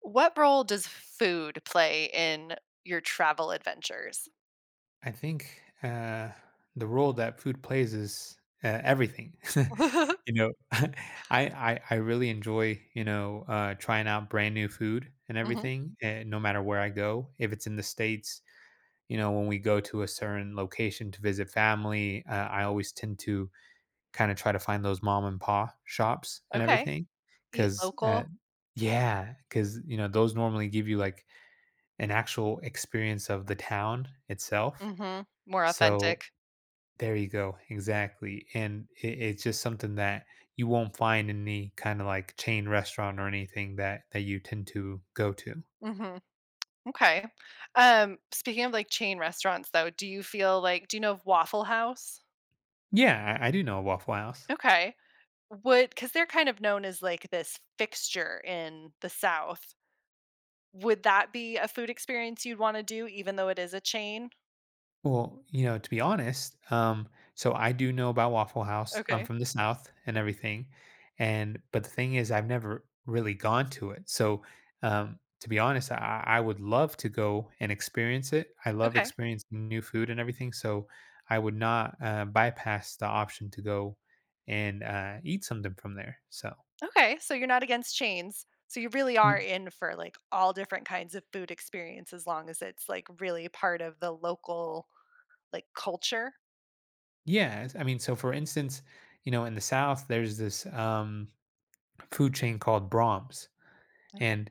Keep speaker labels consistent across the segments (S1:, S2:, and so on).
S1: What role does food play in your travel adventures?
S2: I think, the role that food plays is, everything. You know, I really enjoy, trying out brand new food and
S1: Mhm,
S2: everything, and no matter where I go, if it's in the States, you know, when we go to a certain location to visit family, I always tend to kinda try to find those mom and pa shops and
S1: okay.
S2: everything,
S1: Eat
S2: because
S1: local.
S2: yeah, because you know, those normally give you, like, an actual experience of the town itself.
S1: Mhm, more
S2: So
S1: authentic.
S2: there you go. Exactly. And it's just something that you won't find in any kind of like chain restaurant or anything that you tend to go to.
S1: Mhm, okay. Speaking of, like, chain restaurants, though, do you know of Waffle House?
S2: Yeah, I do know a Waffle House.
S1: Okay. Would because 'Cause they're kind of known as, like, this fixture in the South. Would that be a food experience you'd wanna do even though it is a chain?
S2: Well, you know, to be honest, so I do know about Waffle House. I'm
S1: Okay,
S2: from the South and everything, and but the thing is, I've never really gone to it. So, to be honest, I would love to go and experience it. I love
S1: okay.
S2: experiencing new food and everything. So, I would not bypass the option to go and eat something from there. So,
S1: Okay, so you're not against chains. So you really are
S2: mm.
S1: in for like all different kinds of food experience as long as it's like really part of the local like culture.
S2: Yeah, I mean, so for instance, you know, in the South, there's this food chain called Brahms,
S1: Oh,
S2: and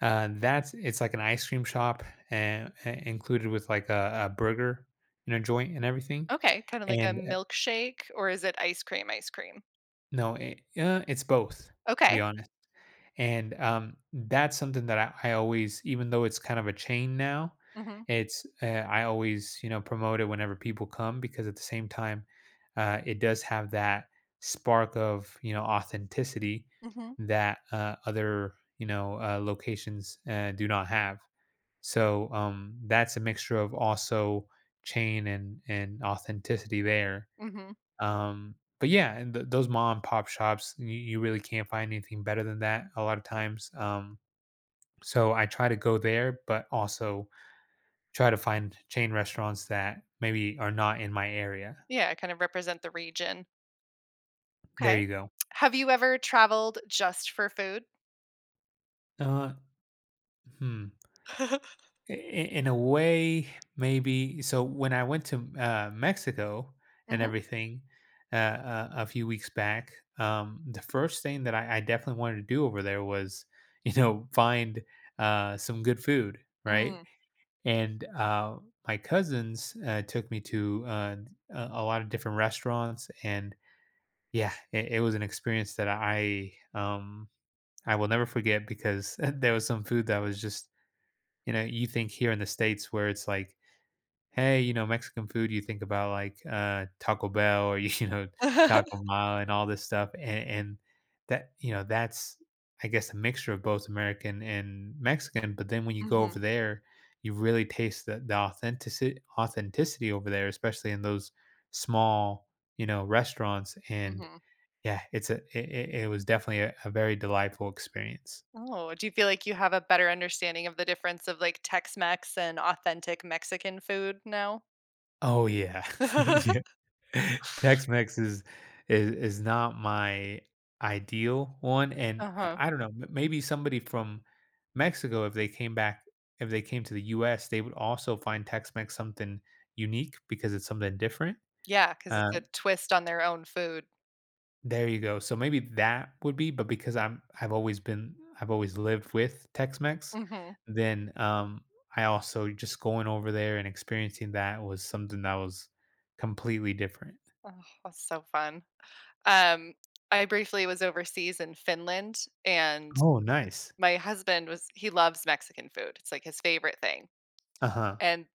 S2: That's it's like an ice cream shop and included with like a burger, you know, joint and everything.
S1: okay, kind of like a
S2: And
S1: milkshake, or is it ice cream? Ice cream.
S2: no, it's both to be
S1: Okay.
S2: honest. And that's something that I always, even though it's kind of a chain now,
S1: Mhm.
S2: it's I always you know promote it whenever people come because at the same time, it does have that spark of you know authenticity
S1: Mhm.
S2: that other you know locations do not have. So that's a mixture of also chain and authenticity there.
S1: Mhm.
S2: But yeah, and those mom and pop shops, you really can't find anything better than that a lot of times. So I try to go there, but also try to find chain restaurants that maybe are not in my area.
S1: Yeah, kind of represent the region.
S2: There
S1: Okay.
S2: you go.
S1: Have you ever traveled just for food?
S2: Uh, hmm. In a way maybe so when I went to Mexico and
S1: Mhm.
S2: everything a few weeks back, the first thing that I definitely wanted to do over there was you know find some good food right.
S1: Mm.
S2: And my cousins took me to a lot of different restaurants, and yeah it was an experience that I will never forget because there was some food that was just you know you think here in the states where it's like hey, you know, Mexican food, you think about like Taco Bell or you know Taco Mall and all this stuff, and that you know that's I guess a mixture of both American and Mexican. But then when you go
S1: Mhm.
S2: over there, you really taste the authenticity over there, especially in those small you know restaurants. And
S1: Mhm.
S2: yeah, it was definitely a very delightful experience.
S1: Oh, do you feel like you have a better understanding of the difference of like Tex-Mex and authentic Mexican food now?
S2: Oh yeah, yeah, Tex-Mex is not my ideal one, and
S1: Uh-huh.
S2: I don't know, m maybe somebody from Mexico, if they came to the US, they would also find Tex-Mex something unique because it's something different.
S1: Yeah, yeah, because
S2: Uh,
S1: it's a twist on their own food.
S2: there you go. So maybe that would be, but because I'm I've always lived with Tex-Mex,
S1: Mhm.
S2: then, I also just going over there and experiencing that was something that was completely different.
S1: Oh, that's so fun. Um, I briefly was overseas in Finland, and
S2: Oh, nice.
S1: my husband was he loves Mexican food. It's like his favorite thing,
S2: Uh-huh.
S1: and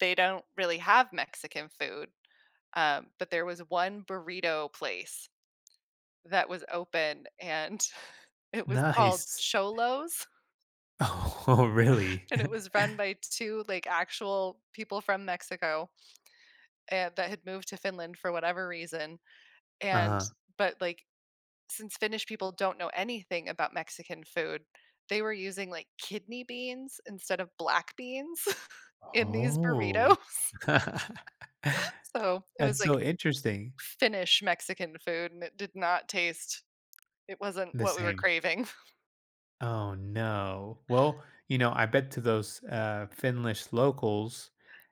S1: they don't really have Mexican food, but there was one burrito place that was open and it was called
S2: Nice.
S1: Cholos
S2: Oh, really?
S1: and it was run by 2, like, actual people from Mexico, and that had moved to Finland for whatever reason, and
S2: Uh-huh.
S1: but, like, since Finnish people don't know anything about Mexican food, they were using, like, kidney beans instead of black beans in these
S2: Oh.
S1: burritos. So, it was,
S2: That's so
S1: like,
S2: interesting.
S1: Finnish Mexican food, and it did not taste it wasn't
S2: The
S1: what we were
S2: same.
S1: craving.
S2: Oh, no. Well, you know, I bet to those, Finnish locals,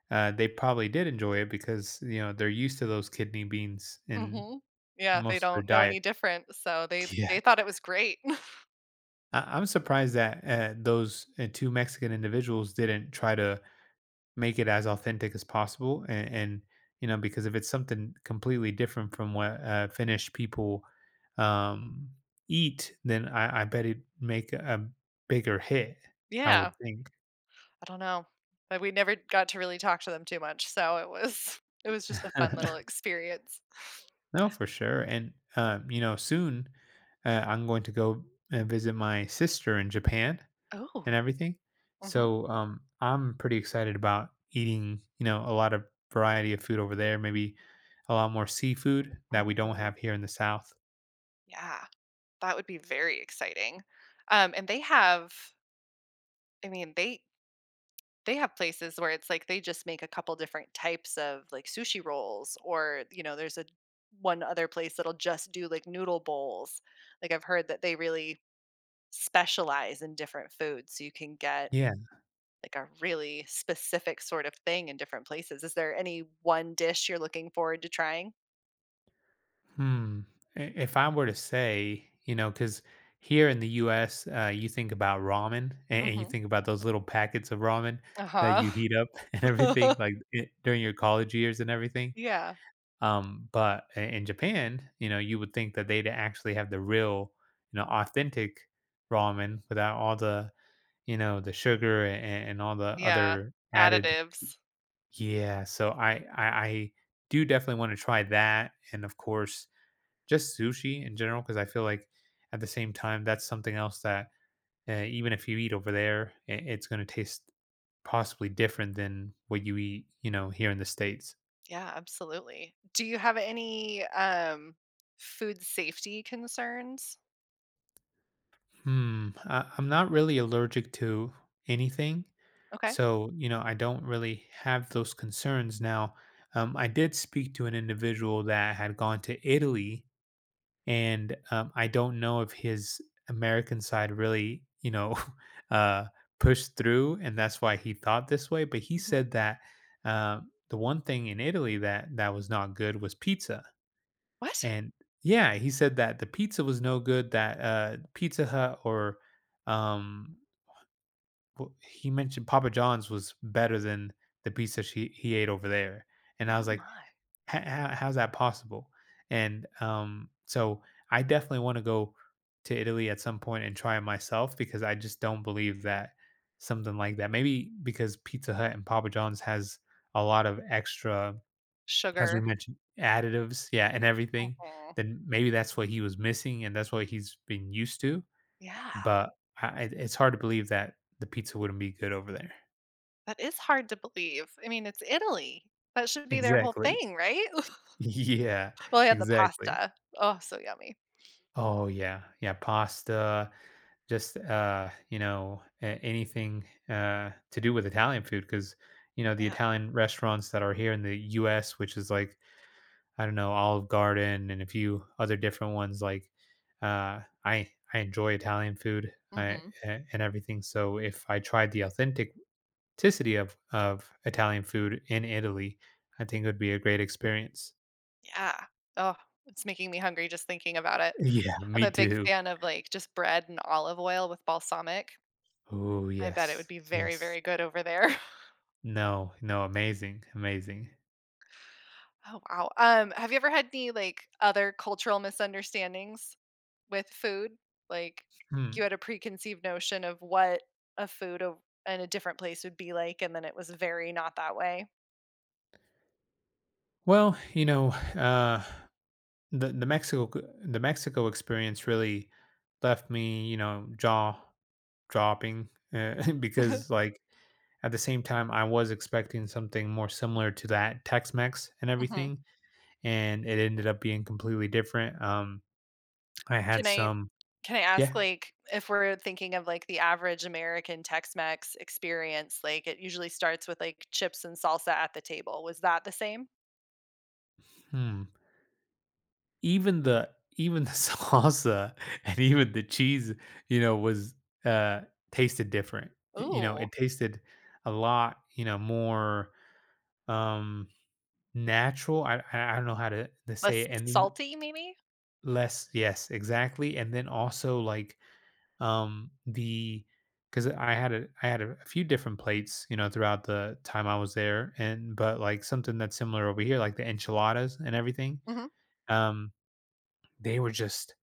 S2: they probably did enjoy it because, you know, they're used to those kidney beans in
S1: Mhm. Yeah, they
S2: most of their
S1: don't know
S2: diet.
S1: any different, so they
S2: Yeah.
S1: they thought it was great.
S2: I'm surprised that, those, 2 Mexican individuals didn't try to make it as authentic as possible and you know because if it's something completely different from what finnish people um eat then I bet it'd make a bigger hit I
S1: Yeah,
S2: would think.
S1: I don't know, but we never got to really talk to them too much, so it was it was just a fun little experience.
S2: No for sure, and you know soon, I'm going to go and visit my sister in Japan and
S1: Oh.
S2: everything.
S1: Mhm,
S2: So I'm pretty excited about eating, you know, a lot of variety of food over there. Maybe a lot more seafood that we don't
S1: mhm.
S2: have here in the South.
S1: Yeah, that would be very exciting. And they have I mean, they have places where it's like they just make a couple different types of, like, sushi rolls or, you know, there's a one other place that'll just do, like, noodle bowls. Like, I've heard that they really specialize in different foods so you can get
S2: Yeah.
S1: like a really specific sort of thing in different places. Is there any one dish you're looking forward to trying?
S2: Hmm. If I were to say, you know, because here in the U.S., you think about ramen and you
S1: Mhm.
S2: think about those little packets of ramen that
S1: Uh-huh.
S2: you heat up and everything, during your college years and everything.
S1: Yeah.
S2: But in Japan, you know, you would think that they'd actually have the real, you know, authentic ramen without all the, you know, the sugar and all the
S1: Yeah.
S2: other added.
S1: Additives.
S2: Yeah. So I do definitely want to try that. And of course, just sushi in general, because I feel like at the same time, that's something else that even if you eat over there, it's going to taste possibly different than what you eat, you know, here in the States.
S1: Yeah, absolutely. Do you have any, food safety concerns?
S2: Hmm, I'm not really allergic to anything.
S1: Okay.
S2: So, you know, I don't really have those concerns. Now, I did speak to an individual that had gone to Italy, and I don't know if his American side really, you know, uh, pushed through, and that's why he thought this way. But he
S1: Mhm.
S2: said that uh, the one thing in Italy that was not good was pizza,
S1: What?
S2: and yeah, he said that the pizza was no good. That Pizza Hut or um, he mentioned Papa John's was better than the pizza she he ate over there. And I
S1: Oh
S2: was like,
S1: my.
S2: How's that possible?" And so I definitely want to go to Italy at some point and try it myself because I just don't believe that something like that. Maybe because Pizza Hut and Papa John's has a lot of extra, as we
S1: Sugar.
S2: mentioned, additives, yeah, and everything,
S1: Mhm.
S2: then maybe that's what he was missing and that's what he's been used to,
S1: Yeah.
S2: but I it's hard to believe that the pizza wouldn't be good over there.
S1: That is hard to believe. I mean, it's Italy. That should be their whole
S2: Exactly.
S1: thing, right?
S2: Yeah,
S1: Well, and the
S2: exactly.
S1: pasta. Oh, so yummy.
S2: Oh, yeah, yeah, pasta, just, you know, a anything, to do with Italian food, because you know, the
S1: Yeah.
S2: Italian restaurants that are here in the US, which is like I don't know, Olive Garden and a few other different ones. Like, I enjoy Italian food
S1: Mhm.
S2: and everything. So if I tried the authenticity of Italian food in Italy, I think it would be a great experience.
S1: Yeah. Oh, it's making me hungry just thinking about it.
S2: Yeah,
S1: I'm
S2: me
S1: a big
S2: too.
S1: fan of, like, just bread and olive oil with balsamic.
S2: Oh
S1: I bet it would
S2: yes,
S1: be very,
S2: yes.
S1: very good over there.
S2: No, no, amazing, amazing.
S1: Oh, wow. Have you ever had any, like, other cultural misunderstandings with food? Like, you
S2: Hmm.
S1: had a preconceived notion of what a food o in a different place would be like, and then it was very not that way?
S2: Well, you know, uh, the the Mexico the Mexico experience really left me, you know, jaw dropping, because, like, at the same time, I was expecting something more similar to that Tex-Mex and
S1: Mhm.
S2: everything, and it ended up being completely different. I had
S1: Can I
S2: some
S1: can I ask,
S2: yeah,
S1: like, if we're thinking of, like, the average American Tex-Mex experience, like, it usually starts with, like, chips and salsa at the table. Was that the same?
S2: hmm, even the even the salsa and even the cheese, you know, was, uh, tasted different. You know,
S1: Ooh,
S2: it tasted a lot, you know, more, um, natural. I don't know how to say
S1: less
S2: it, and then
S1: salty maybe?
S2: less yes, exactly, and then also, like, the because I had a few different plates, you know, throughout the time I was there, and but like something that's similar over here, like the enchiladas and everything.
S1: Mhm,
S2: Um, they were just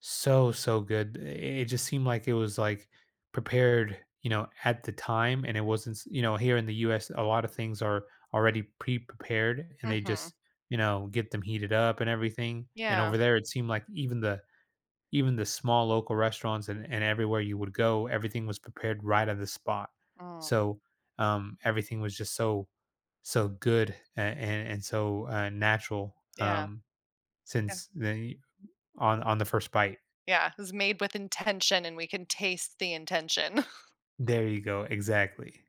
S2: so so good. It just seemed like it was like prepared, you know, at the time, and it wasn't. You know, here in the U.S., a lot of things are already pre-prepared, and they
S1: mhm.
S2: just you know get them heated up and everything. And
S1: Yeah.
S2: over there, it seemed like even the small local restaurants and everywhere you would go, everything was prepared right on the spot.
S1: Mm,
S2: So everything was just so so good and so natural,
S1: yeah,
S2: um,
S1: yeah,
S2: since the on the first bite.
S1: yeah, it was made with intention and we can taste the intention.
S2: There you go. Exactly.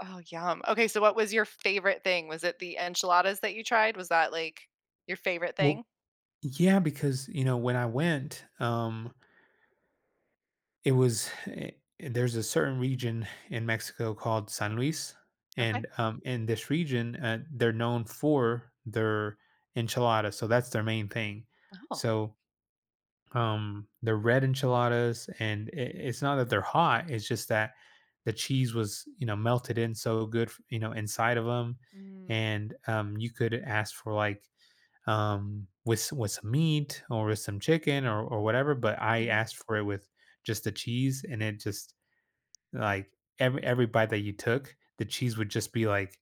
S1: Oh, yum. Okay, so what was your favorite thing? Was it the enchiladas that you tried? Was that, like, your favorite
S2: Well,
S1: thing?
S2: yeah, because you know when I went, It was eh, there's a certain region in Mexico called San Luis,
S1: Okay.
S2: and, in this region, they're known for their enchiladas, so that's their main thing.
S1: Oh.
S2: So, the red enchiladas, and I it's not that they're hot, it's just that the cheese was, you know, melted in so good, f you know, inside of them,
S1: Mm,
S2: and, you could ask for, like, with some meat or with some chicken or whatever. But I
S1: mhm.
S2: asked for it with just the cheese, and it just like every bite that you took, the cheese would just be like,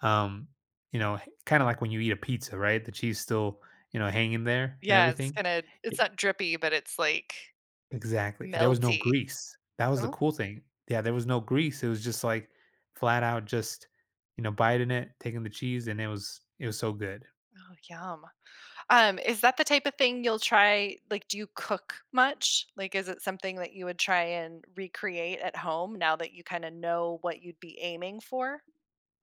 S2: um, you know, kind of like when you eat a pizza, right? The cheese still you know hanging there and
S1: Yeah,
S2: everything. E-
S1: it's not drippy, but it's, like,
S2: Exactly. There was no
S1: melty.
S2: grease. That was the
S1: Oh,
S2: cool thing. Yeah, there was no grease. It was just like flat out, just you know, biting it, taking the cheese, and it was so good.
S1: oh, yum. Is that the type of thing do you cook much? Like, is it something that you would try and recreate at home now that you kinda know what you'd be aiming for?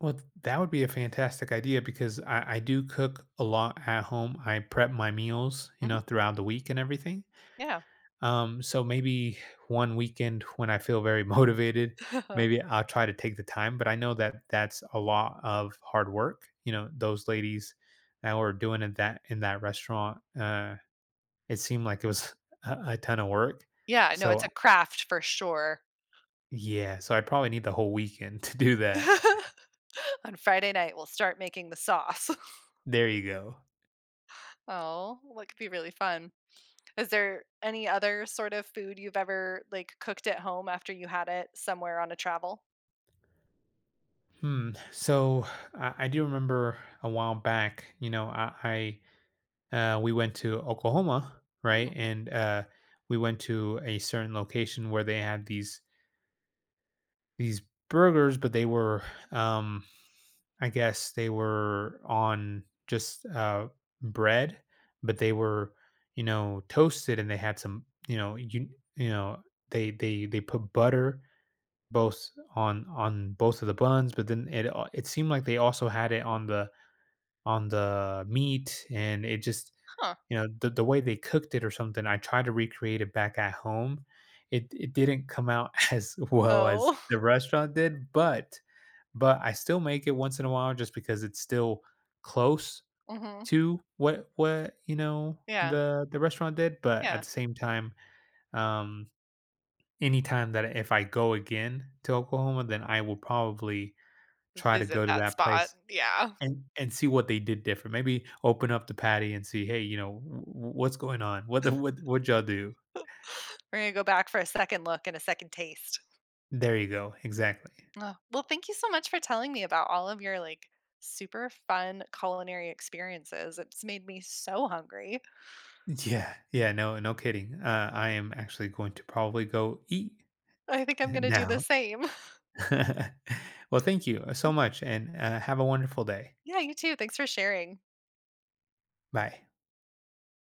S2: Well, that would be a fantastic idea because I do cook a lot at home. I prep my meals, you
S1: Mhm,
S2: know, throughout the week and everything.
S1: yeah.
S2: So maybe one weekend when I feel very motivated, maybe I'll try to take the time. But I know that that's a lot of hard work. You know, those ladies that were doing it that in that restaurant, it seemed like it was a ton of work.
S1: Yeah, no, it's
S2: So
S1: a craft for sure.
S2: yeah, so I probably need the whole weekend to do that.
S1: On Friday night, we'll start making the sauce.
S2: There you go.
S1: Oh, well, that could be really fun. Is there any other sort of food you've ever, like, cooked at home after you had it somewhere on a travel?
S2: Hmm. So I do remember a while back. You know, I we went to Oklahoma, right?
S1: Mm,
S2: And we went to a certain location where they had these burgers, but they were, um, I guess, they were on just bread, but they were, you know, toasted, and they had some, you know, they put butter both on both of the buns, but then it seemed like they also had it on the meat, and it just
S1: huh.
S2: you know the way they cooked it or something. I tried to recreate it back at home. It didn't come out as well as
S1: Oh.
S2: the restaurant did, but I still make it once in a while just because it's still close
S1: Mhm.
S2: to what you know
S1: Yeah,
S2: the restaurant did. But
S1: yeah.
S2: at the same time, um anytime that if I go again to Oklahoma, then I will probably try to
S1: Visit
S2: go to
S1: that
S2: that
S1: spot,
S2: place
S1: yeah.
S2: and see what they did different. Maybe open up the Patty and see, "Hey, you know, w w what's going on? What the what y'all do?"
S1: We're gonna go back for a second look and a second taste.
S2: There you go, exactly.
S1: Oh, well, thank you so much for telling me about all of your, like, super fun culinary experiences. It's made me so hungry.
S2: Yeah, yeah, no, no kidding. I am actually going to probably go eat
S1: I think I'm gonna do the
S2: now.
S1: same.
S2: Well, thank you, so much, and, have a wonderful day.
S1: Yeah, you too. Thanks for sharing.
S2: Bye.